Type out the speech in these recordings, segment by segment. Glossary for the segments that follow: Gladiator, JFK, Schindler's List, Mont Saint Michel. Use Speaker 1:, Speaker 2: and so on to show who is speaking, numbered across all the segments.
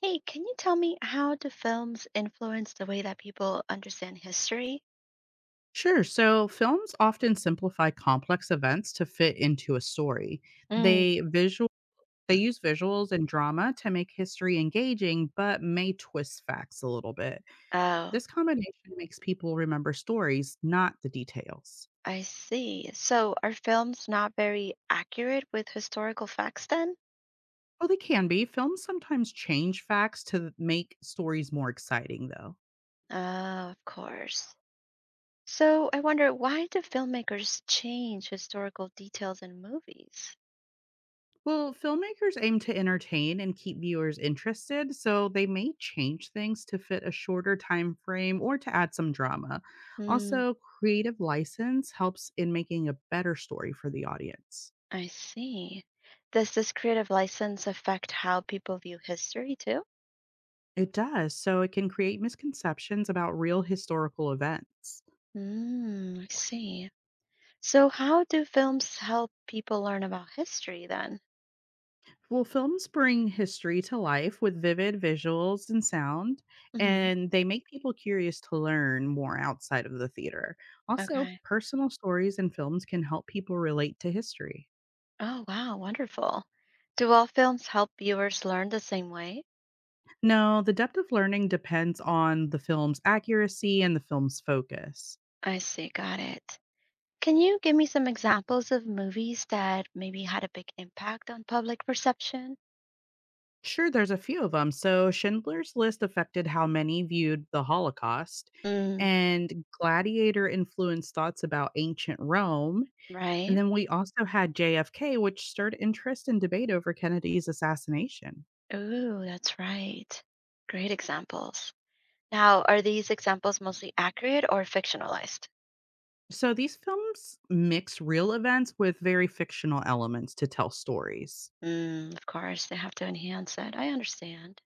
Speaker 1: Hey, can you tell me how do films influence the way that people understand history?
Speaker 2: Sure. So films often simplify complex events to fit into a story.
Speaker 1: Mm.
Speaker 2: They visual they use visuals and drama to make history engaging but may twist facts a little bit.
Speaker 1: Oh,
Speaker 2: This combination makes people remember stories, not the details.
Speaker 1: I see. So are films not very accurate with historical facts then?
Speaker 2: Oh, they can be. Films sometimes change facts to make stories more exciting though.
Speaker 1: Oh, of course. So I wonder why do filmmakers change historical details in movies?
Speaker 2: Well, filmmakers aim to entertain and keep viewers interested, so they may change things to fit a shorter time frame or to add some drama.
Speaker 1: Hmm,
Speaker 2: Also, creative license helps in making a better story for the audience.
Speaker 1: I see. Does this creative license affect how people view history too?
Speaker 2: It does, so it can create misconceptions about real historical events.
Speaker 1: Hmm, I see. So how do films help people learn about history then?
Speaker 2: Well, films bring history to life with vivid visuals and sound,
Speaker 1: Hmm.
Speaker 2: and they make people curious to learn more outside of the theater. Also,
Speaker 1: Okay.
Speaker 2: personal stories in films can help people relate to history.
Speaker 1: Oh, wow. Wonderful. Do all films help viewers learn the same way?
Speaker 2: No, the depth of learning depends on the film's accuracy and the film's focus.
Speaker 1: I see. Got it. Can you give me some examples of movies that maybe had a big impact on public perception?
Speaker 2: Sure, there's a few of them. So, Schindler's List affected how many viewed the Holocaust,
Speaker 1: Mm,
Speaker 2: and Gladiator influenced thoughts about ancient Rome, and
Speaker 1: right.
Speaker 2: then we also had JFK, which stirred interest and debate over Kennedy's assassination.
Speaker 1: Ooh, that's right. Great examples. Now, are these examples mostly accurate or fictionalized?
Speaker 2: So these films mix real events with very fictional elements to tell stories.
Speaker 1: Mm, of course, they have to enhance it. I understand.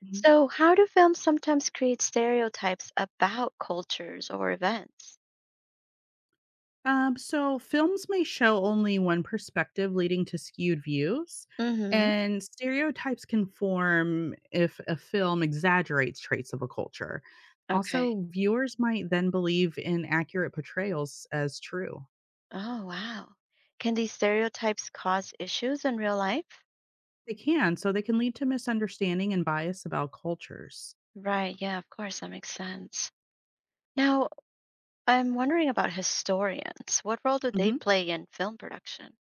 Speaker 2: Mhm.
Speaker 1: So, how do films sometimes create stereotypes about cultures or events?
Speaker 2: So films may show only one perspective, leading to skewed views,
Speaker 1: Mm-hmm.
Speaker 2: and stereotypes can form if a film exaggerates traits of a culture.
Speaker 1: Okay.
Speaker 2: Also, viewers might then believe inaccurate portrayals as true.
Speaker 1: Oh, wow. Can these stereotypes cause issues in real life?
Speaker 2: They can, so they can lead to misunderstanding and bias about cultures.
Speaker 1: Right. Yeah, of course. That makes sense. Now, I'm wondering about historians. What role do they
Speaker 2: Mhm.
Speaker 1: play in film production?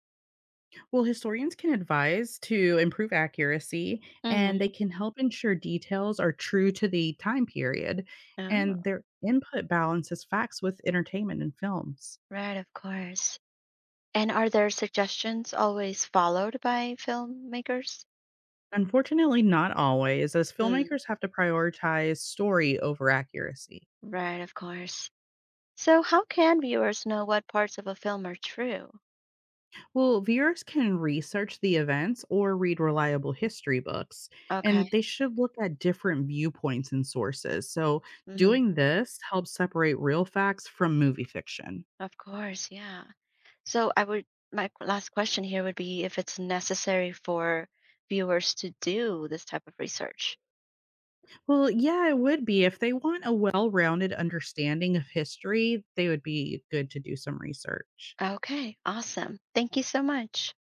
Speaker 2: Well, historians can advise to improve accuracy and
Speaker 1: Mm-hmm.
Speaker 2: they can help ensure details are true to the time period, and
Speaker 1: Oh,
Speaker 2: their input balances facts with entertainment and films.
Speaker 1: right. Of course. And are their suggestions always followed by filmmakers?
Speaker 2: Unfortunately, not always, as
Speaker 1: Mm,
Speaker 2: filmmakers have to prioritize story over accuracy.
Speaker 1: right. Of course. So, how can viewers know what parts of a film are true?
Speaker 2: Well, viewers can research the events or read reliable history books,
Speaker 1: Okay.
Speaker 2: and they should look at different viewpoints and sources. So,
Speaker 1: Mm-hmm.
Speaker 2: doing this helps separate real facts from movie fiction.
Speaker 1: Of course. Yeah. So I would last question here would be if it's necessary for viewers to do this type of research.
Speaker 2: Well, yeah, it would be. If they want a well rounded understanding of history, they would be good to do some research.
Speaker 1: Okay, awesome. Thank you so much.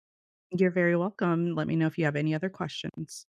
Speaker 2: You're very welcome. Let me know if you have any other questions.